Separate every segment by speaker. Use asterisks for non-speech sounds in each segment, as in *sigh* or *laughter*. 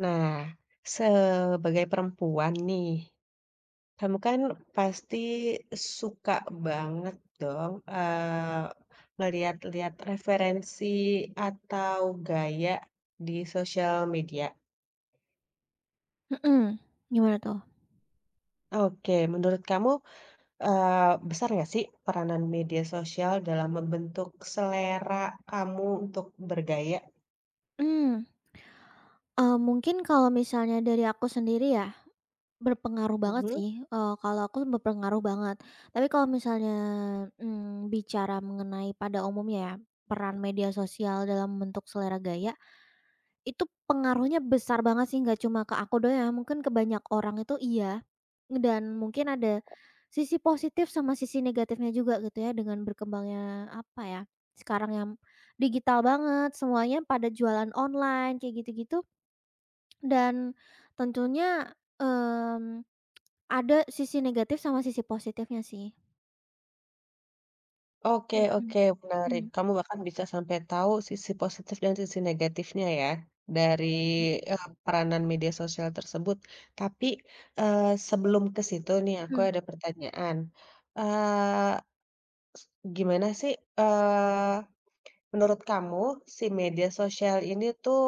Speaker 1: Nah, sebagai perempuan nih, kamu kan pasti suka banget dong ngeliat-liat referensi atau gaya di sosial media.
Speaker 2: Mmm, Gimana tuh?
Speaker 1: Oke, menurut kamu eh, besar nggak sih peranan media sosial dalam membentuk selera kamu untuk bergaya?
Speaker 2: Mmm, Mungkin kalau misalnya dari aku sendiri ya, berpengaruh banget
Speaker 1: Mhm.
Speaker 2: sih, kalau aku berpengaruh banget. Tapi kalau misalnya, bicara mengenai pada umumnya ya, peran media sosial dalam membentuk selera gaya, itu pengaruhnya besar banget sih, nggak cuma ke aku doang ya, mungkin ke banyak orang itu iya, dan mungkin ada sisi positif sama sisi negatifnya juga gitu ya, dengan berkembangnya, apa ya, sekarang yang digital banget, semuanya pada jualan online, kayak gitu-gitu. Dan tentunya, mmm, ada sisi negatif sama sisi positifnya sih.
Speaker 1: Oke
Speaker 2: Mhm,
Speaker 1: oke, menarik.
Speaker 2: mhm,
Speaker 1: Kamu bahkan bisa sampai tahu sisi positif dan sisi negatifnya ya, dari, peranan media sosial tersebut. Tapi, sebelum ke situ nih aku
Speaker 2: mhm,
Speaker 1: ada pertanyaan, eee, gimana sih, eee, menurut kamu si media sosial ini tuh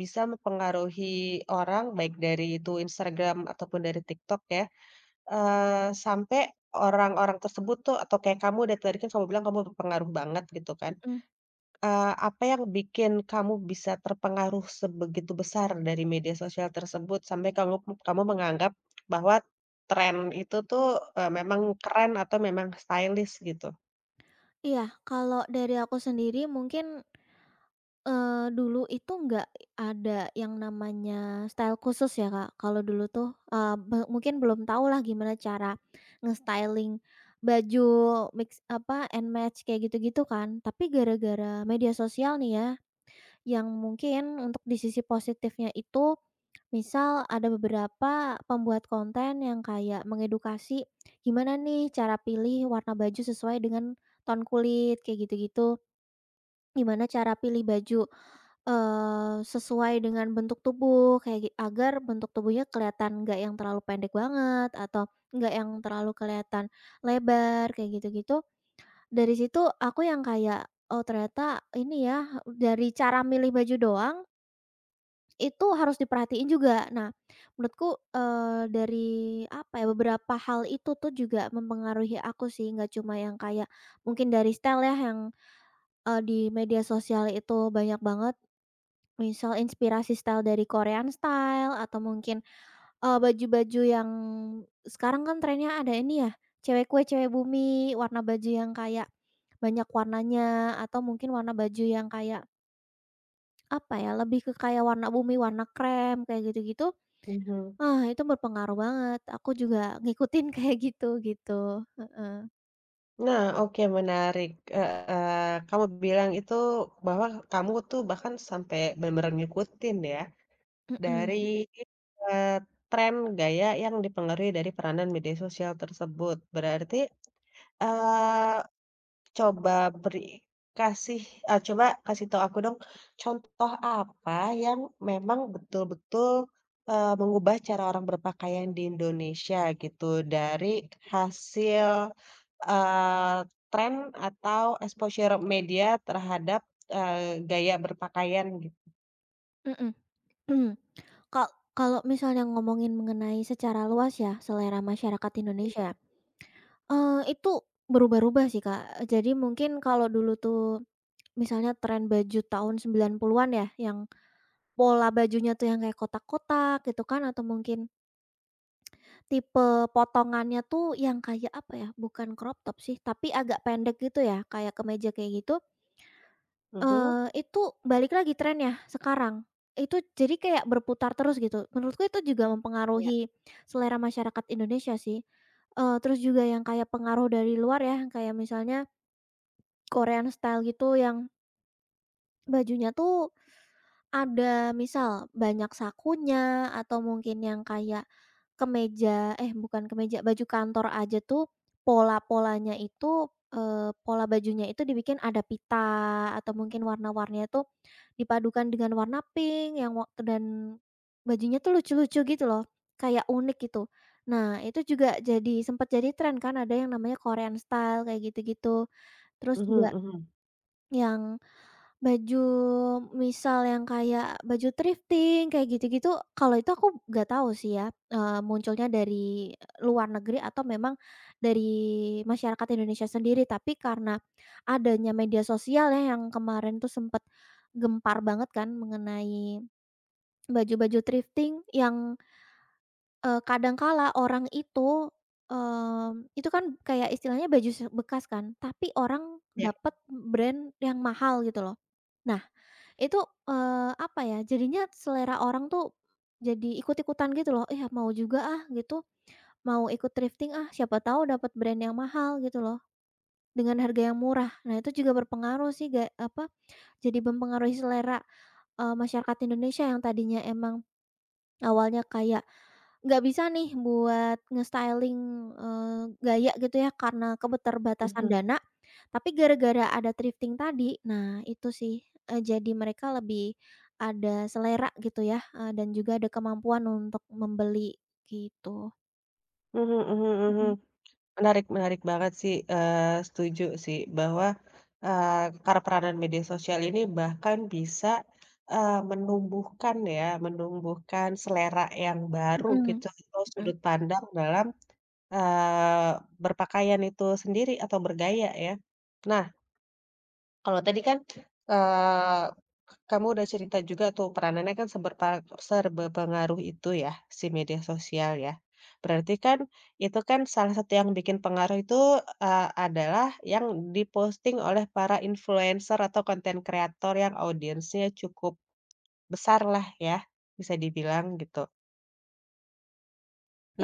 Speaker 1: bisa mempengaruhi orang baik dari itu Instagram ataupun dari TikTok ya, sampai orang-orang tersebut tuh atau kayak kamu dari tadi kan kamu bilang kamu berpengaruh banget gitu kan,
Speaker 2: mhm.
Speaker 1: apa yang bikin kamu bisa terpengaruh sebegitu besar dari media sosial tersebut sampai kamu kamu menganggap bahwa tren itu tuh, memang keren atau memang stylish gitu?
Speaker 2: Iya, kalau dari aku sendiri mungkin, dulu itu nggak ada yang namanya style khusus ya, Kak. Kalau dulu tuh, eee, be mungkin belum tahulah gimana cara nge-styling baju mix apa, and match kayak gitu-gitu kan. Tapi gara-gara media sosial nih ya, yang mungkin untuk di sisi positifnya itu, misal ada beberapa pembuat konten yang kayak mengedukasi, gimana nih cara pilih warna baju sesuai dengan tone kulit, kayak gitu-gitu. Gimana cara pilih baju, sesuai dengan bentuk tubuh kayak gi agar bentuk tubuhnya kelihatan nggak yang terlalu pendek banget atau nggak yang terlalu kelihatan lebar kayak gitu-gitu. Dari situ aku yang kayak, "Oh, ternyata ini ya, dari cara milih baju doang itu harus diperhatiin juga." Nah, menurutku, dari apa ya, beberapa hal itu tuh juga mempengaruhi aku sih, nggak cuma yang kayak mungkin dari style ya yang, di media sosial itu banyak banget. Misal inspirasi style dari Korean style atau mungkin, baju-baju yang sekarang kan trennya ada ini ya, cewek kue cewek bumi, warna baju yang kayak banyak warnanya, atau mungkin warna baju yang kayak, apa ya, lebih ke kayak warna bumi, warna krem, kayak gitu-gitu.
Speaker 1: Mhm.
Speaker 2: Ah, itu berpengaruh banget, aku juga ngikutin *laughs* kayak gitu, gitu. Heeh.
Speaker 1: Nah oke menarik, heeh, kamu bilang itu bahwa kamu tuh bahkan sampai bener-bener ngikutin ya? Dari,
Speaker 2: Mhm,
Speaker 1: eee, tren gaya yang dipengaruhi dari peranan media sosial tersebut. Berarti, eee, coba beri kasih eee, coba kasih tahu aku dong, contoh apa yang memang betul-betul, mengubah cara orang berpakaian di Indonesia gitu, dari hasil, eee, tren atau exposure media terhadap, gaya berpakaian git
Speaker 2: mhm. Ka *clears throat* kalau misalnya ngomongin mengenai secara luas ya selera masyarakat Indonesia. Itu berubah-ubah sih, Kak. Jadi mungkin kalau dulu tuh misalnya tren baju tahun 90-an ya, yang pola bajunya tuh yang kayak kotak-kotak gitu kan, atau mungkin tipe potongannya tuh yang kayak apa ya, bukan crop top sih, tapi agak pendek gitu ya, kayak kemeja kayak gitu,
Speaker 1: mhm,
Speaker 2: itu balik lagi trennya sekarang. Itu jadi kayak berputar terus gitu. Menurutku itu juga
Speaker 1: iya,
Speaker 2: mempengaruhi selera masyarakat Indonesia sih. Terus juga yang kayak pengaruh dari luar ya, kayak misalnya Korean style gitu yang bajunya tuh ada misal banyak sakunya, atau mungkin yang kayak kemeja eh, bukan kemeja, baju kantor aja tuh pola-polanya itu, pola bajunya itu dibikin ada pita, atau mungkin warna-warninya tuh dipadukan dengan warna pink yang wak dan bajunya tuh lucu-lucu gitu loh, kayak unik gitu. Nah, itu juga jadi sempat jadi tren kan, ada yang namanya Korean style kayak gitu-gitu. Terus
Speaker 1: mhm
Speaker 2: juga
Speaker 1: mhm,
Speaker 2: yang baju misal yang kayak baju thrifting kayak gitu-gitu, kalau itu aku nggak tahu sih ya, munculnya dari luar negeri atau memang dari masyarakat Indonesia sendiri. Tapi karena adanya media sosial ya yang kemarin tuh sempet gempar banget kan mengenai baju-baju thrifting yang, kadang kala orang itu, itu kan kayak istilahnya baju se bekas kan, tapi orang
Speaker 1: iya,
Speaker 2: dapet brand yang mahal gitu loh. Nah, itu, apa ya, jadinya selera orang tuh jadi ikut-ikutan gitu loh, "Iya, mau juga ah," gitu, "mau ikut thrifting ah, siapa tahu dapat brand yang mahal," gitu loh, dengan harga yang murah. Nah, itu juga berpengaruh sih ga apa, jadi mempengaruhi selera, masyarakat Indonesia yang tadinya emang awalnya kayak nggak bisa nih buat nge-styling, gaya gitu ya karena keterbatasan
Speaker 1: mhm.
Speaker 2: dana, tapi gara-gara ada thrifting tadi, nah itu sih, jadi mereka lebih ada selera gitu ya, dan juga ada kemampuan untuk membeli gitu.
Speaker 1: Mhm mhm mhm.
Speaker 2: Mhm,
Speaker 1: Menarik menarik banget sih, setuju sih bahwa, eee, karena peranan media sosial ini bahkan bisa, menumbuhkan ya, menumbuhkan selera yang baru
Speaker 2: mhm,
Speaker 1: gitu atau
Speaker 2: mhm.
Speaker 1: sudut pandang dalam, eee, berpakaian itu sendiri atau bergaya ya. Nah kalau tadi kan, eee, kamu udah cerita juga tuh peranannya kan serba pengaruh itu ya, si media sosial ya. Berarti kan itu kan salah satu yang bikin pengaruh itu, adalah yang diposting oleh para influencer atau konten kreator yang audiensnya cukup besar lah ya, bisa dibilang gitu.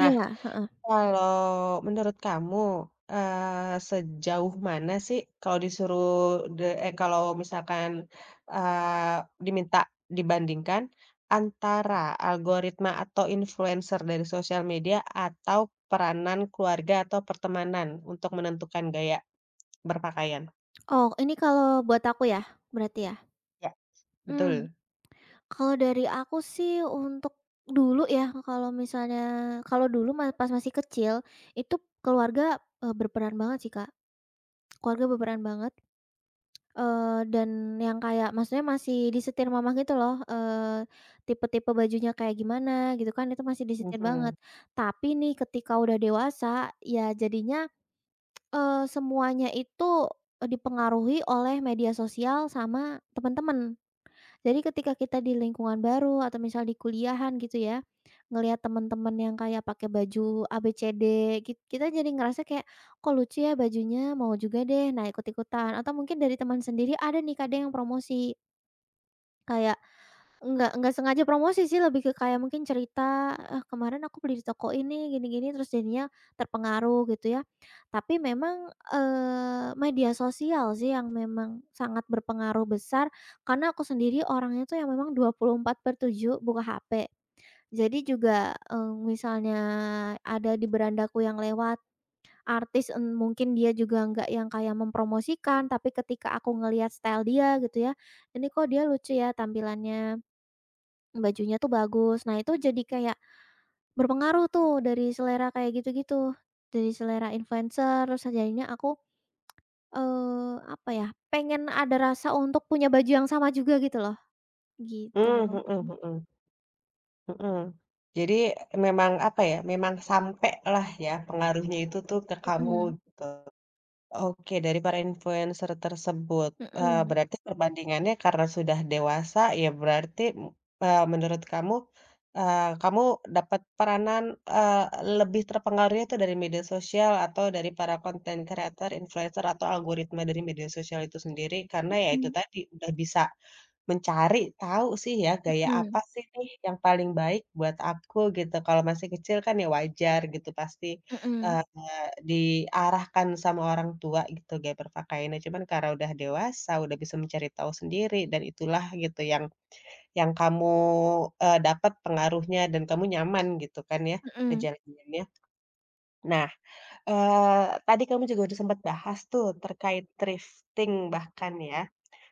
Speaker 1: Nah
Speaker 2: heeh.
Speaker 1: kalau menurut kamu, sejauh mana sih kalau disuruh kalau misalkan, eee, diminta dibandingkan antara algoritma atau influencer dari sosial media atau peranan keluarga atau pertemanan untuk menentukan gaya berpakaian?
Speaker 2: Oh, ini kalau buat aku ya, berarti ya?
Speaker 1: Ya.
Speaker 2: Mmm.
Speaker 1: Betul.
Speaker 2: Kalau dari aku sih untuk dulu ya, kalau misalnya kalau dulu pas masih kecil, itu keluarga, berperan banget sih Kak, keluarga berperan banget. Dan yang kayak maksudnya masih disetir mama gitu loh, tipe-tipe bajunya kayak gimana gitu kan, itu masih disetir banget.
Speaker 1: Mhm.
Speaker 2: Tapi nih ketika udah dewasa ya jadinya, semuanya itu, dipengaruhi oleh media sosial sama temen-temen. Jadi ketika kita di lingkungan baru atau misal di kuliahan gitu ya, ngelihat teman-teman yang kayak pakai baju ABCD, kita jadi ngerasa kayak, "Kok lucu ya bajunya, mau juga deh." Nah, ikut-ikutan atau mungkin dari teman sendiri ada nih kadang yang promosi, kayak enggak sengaja promosi sih, lebih ke kayak mungkin cerita, "Eh, kemarin aku beli di toko ini, gini-gini," terus jadinya terpengaruh gitu ya. Tapi memang, media sosial sih yang memang sangat berpengaruh besar, karena aku sendiri orangnya tuh yang memang 24/7 buka HP. Jadi juga, misalnya ada di berandaku yang lewat, artis, mungkin dia juga nggak yang kayak mempromosikan, tapi ketika aku ngelihat style dia gitu ya, "Ini kok dia lucu ya tampilannya." Bajunya tuh bagus. Nah, itu jadi kayak berpengaruh tuh dari selera kayak gitu-gitu, dari selera influencer, terus jadinya aku, apa ya, pengen ada rasa untuk punya baju yang sama juga gitu loh, gitu.
Speaker 1: Mmm, mhm mhm mhm. Jadi memang apa ya, memang sampai lah ya pengaruhnya itu tuh ke kamu.
Speaker 2: Mhm,
Speaker 1: Oke, dari para influencer tersebut,
Speaker 2: mhm,
Speaker 1: berarti perbandingannya karena sudah dewasa, ya berarti, menurut kamu, kamu dapat peranan, eee, lebih terpengaruhnya itu dari media sosial atau dari para content creator, influencer, atau algoritma dari media sosial itu sendiri, karena ya itu
Speaker 2: mhm,
Speaker 1: tadi, udah bisa mencari tahu sih ya, gaya
Speaker 2: mhm,
Speaker 1: apa sih nih yang paling baik buat aku gitu. Kalau masih kecil kan ya wajar gitu pasti,
Speaker 2: mhm, mhm,
Speaker 1: eee, diarahkan sama orang tua gitu gaya berpakaiannya. Cuman karena udah dewasa, udah bisa mencari tahu sendiri dan itulah gitu yang yang kamu, dapat pengaruhnya dan kamu nyaman gitu kan ya
Speaker 2: mhm,
Speaker 1: ngejalaninnya. Nah, tadi kamu juga udah sempat bahas tuh terkait thrifting bahkan ya.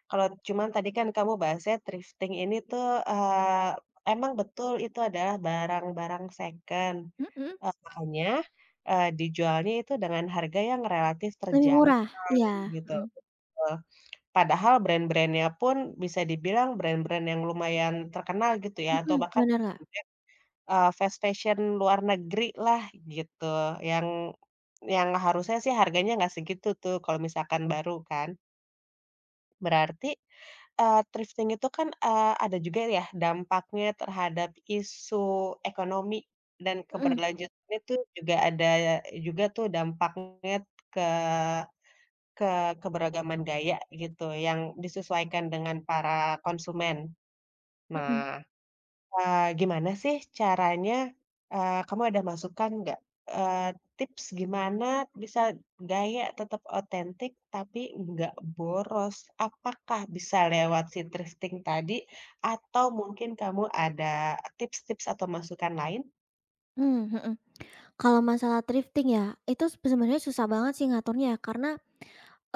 Speaker 1: Kalau cuman tadi kan kamu bahasnya thrifting ini tuh, eee, emang betul itu adalah barang-barang second,
Speaker 2: mhm.
Speaker 1: makanya, dijualnya itu dengan harga yang relatif
Speaker 2: Lebih murah,
Speaker 1: terjangkau
Speaker 2: iya.
Speaker 1: gitu,
Speaker 2: Mhm,
Speaker 1: betul. Padahal brand-brandnya pun bisa dibilang brand-brand yang lumayan terkenal gitu ya atau
Speaker 2: mhm.
Speaker 1: bahkan
Speaker 2: Bener nggak?
Speaker 1: brand-brand, fast fashion luar negeri lah gitu, yang yang harusnya sih harganya nggak segitu tuh kalau misalkan baru kan. Berarti, thrifting itu kan, ada juga ya dampaknya terhadap isu ekonomi dan
Speaker 2: Mhm,
Speaker 1: keberlanjutannya tuh juga ada juga tuh dampaknya ke ke keberagaman gaya gitu yang disesuaikan dengan para konsumen.
Speaker 2: mhm,
Speaker 1: Nah, gimana sih caranya, kamu ada masukan nggak, eee, tips gimana bisa gaya tetap otentik tapi nggak boros? Apakah bisa lewat si thrifting tadi atau mungkin kamu ada tips-tips atau masukan lain?
Speaker 2: mhm, mhm. Kalau masalah thrifting ya, itu sebenarnya susah banget sih ngaturnya ya, karena,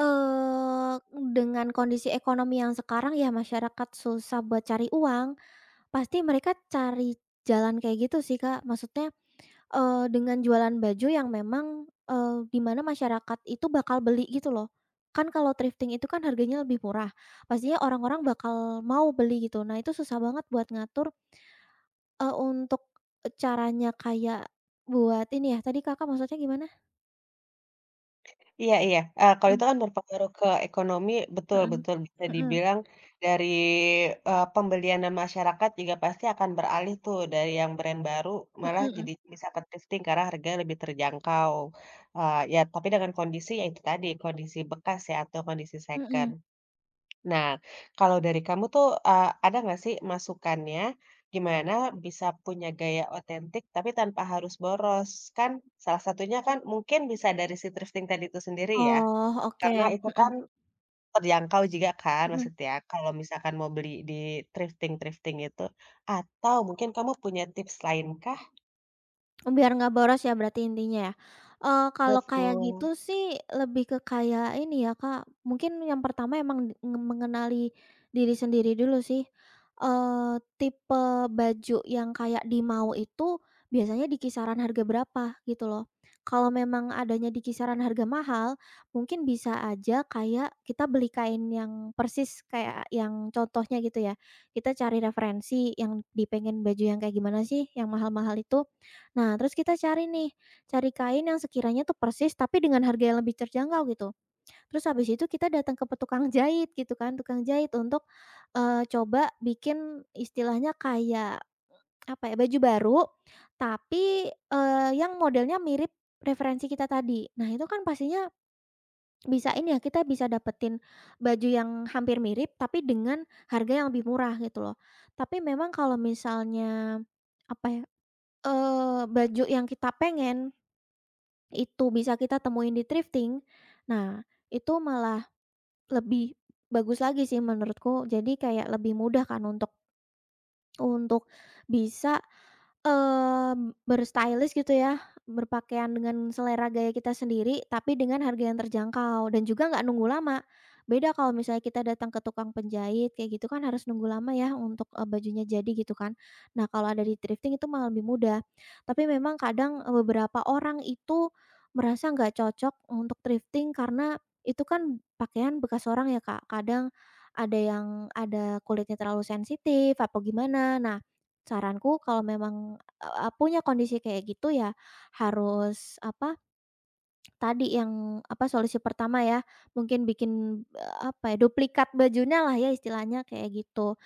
Speaker 2: Eee, dengan kondisi ekonomi yang sekarang ya masyarakat susah buat cari uang, pasti mereka cari jalan kayak gitu sih, Kak. Maksudnya, dengan jualan baju yang memang, di mana masyarakat itu bakal beli gitu loh. Kan kalau thrifting itu kan harganya lebih murah, pastinya orang-orang bakal mau beli gitu. Nah, itu susah banget buat ngatur, untuk, caranya kayak buat ini ya, tadi Kakak maksudnya gimana?
Speaker 1: Iya iya, kalau
Speaker 2: Mhm,
Speaker 1: itu kan berpengaruh ke ekonomi, betul
Speaker 2: mhm.
Speaker 1: betul bisa
Speaker 2: Mhm.
Speaker 1: dibilang dari, pembelian dan masyarakat juga pasti akan beralih tuh dari yang brand baru
Speaker 2: Mhm,
Speaker 1: malah
Speaker 2: mhm.
Speaker 1: jadi bisa ke thrifting karena harganya lebih terjangkau, ya tapi dengan kondisi ya itu tadi, kondisi bekas ya atau kondisi
Speaker 2: Mhm,
Speaker 1: second.
Speaker 2: mhm.
Speaker 1: Nah, kalau dari kamu tuh, ada nggak sih masukannya gimana bisa punya gaya otentik tapi tanpa harus boros? Kan salah satunya kan mungkin bisa dari si thrifting tadi itu sendiri ya?
Speaker 2: Oh, oke.
Speaker 1: Karena itu kan
Speaker 2: Mhm,
Speaker 1: terjangkau juga kan
Speaker 2: mhm.
Speaker 1: maksudnya kalau misalkan mau beli di thrifting-thrifting itu, atau mungkin kamu punya tips lain kah?
Speaker 2: Oh, biar nggak boros ya berarti intinya ya? Kalau kayak
Speaker 1: Betul,
Speaker 2: gitu sih lebih ke kayak ini ya, Kak, mungkin yang pertama emang d nge mengenali diri sendiri dulu sih. Tipe baju yang kayak dimau itu biasanya di kisaran harga berapa gitu loh. Kalau memang adanya di kisaran harga mahal, mungkin bisa aja kayak kita beli kain yang persis kayak yang contohnya gitu ya. Kita cari referensi yang di pengen baju yang kayak gimana sih yang mahal-mahal itu. Nah, terus kita cari nih, cari kain yang sekiranya tuh persis tapi dengan harga yang lebih terjangkau gitu. Terus habis itu kita datang ke tukang jahit gitu kan, tukang jahit untuk, coba bikin istilahnya kayak, apa ya, baju baru tapi, yang modelnya mirip referensi kita tadi. Nah, itu kan pastinya bisa ini ya, kita bisa dapetin baju yang hampir mirip tapi dengan harga yang lebih murah gitu loh. Tapi memang kalau misalnya, apa ya, baju yang kita pengen itu bisa kita temuin di thrifting. Nah, itu malah lebih bagus lagi sih menurutku. Jadi kayak lebih mudah kan untuk untuk bisa berstylist gitu ya, berpakaian dengan selera gaya kita sendiri, tapi dengan harga yang terjangkau dan juga nggak nunggu lama. Beda kalau misalnya kita datang ke tukang penjahit kayak gitu kan harus nunggu lama ya untuk, bajunya jadi gitu kan. Nah, kalau ada di thrifting itu malah lebih mudah. Tapi memang kadang, beberapa orang itu merasa nggak cocok untuk thrifting karena itu kan pakaian bekas orang ya Kak, kadang ada yang ada kulitnya terlalu sensitif atau gimana. Nah, saranku kalau memang, punya kondisi kayak gitu ya harus apa, tadi yang apa, solusi pertama ya, mungkin bikin, apa ya, duplikat bajunya lah ya istilahnya kayak gitu.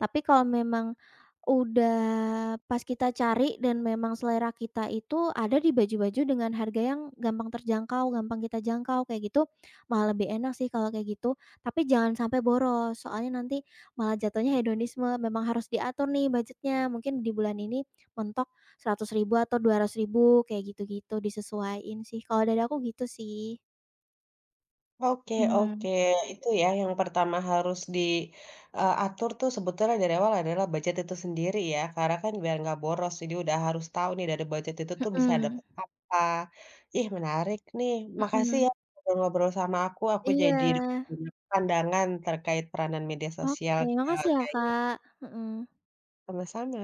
Speaker 2: Tapi kalau memang udah pas kita cari dan memang selera kita itu ada di baju-baju dengan harga yang gampang terjangkau, gampang kita jangkau kayak gitu, malah lebih enak sih kalau kayak gitu. Tapi jangan sampai boros, soalnya nanti malah jatuhnya hedonisme. Memang harus diatur nih budgetnya, mungkin di bulan ini mentok 100 ribu atau 200 ribu kayak gitu-gitu, disesuaiin sih. Kalau dari aku gitu sih.
Speaker 1: oke
Speaker 2: Mmm,
Speaker 1: oke itu ya yang pertama harus di, atur tuh sebetulnya dari awal adalah budget itu sendiri ya karena kan biar nggak boros jadi udah harus tahu nih dari budget itu tuh bisa
Speaker 2: mhm,
Speaker 1: dapet apa. Ih menarik nih, makasih
Speaker 2: mhm.
Speaker 1: ya udah ngobrol sama aku
Speaker 2: Iya,
Speaker 1: jadi dapat banyak pandangan terkait peranan media sosial
Speaker 2: oke,
Speaker 1: ke
Speaker 2: makasih ya, Kak, mhm.
Speaker 1: sama-sama.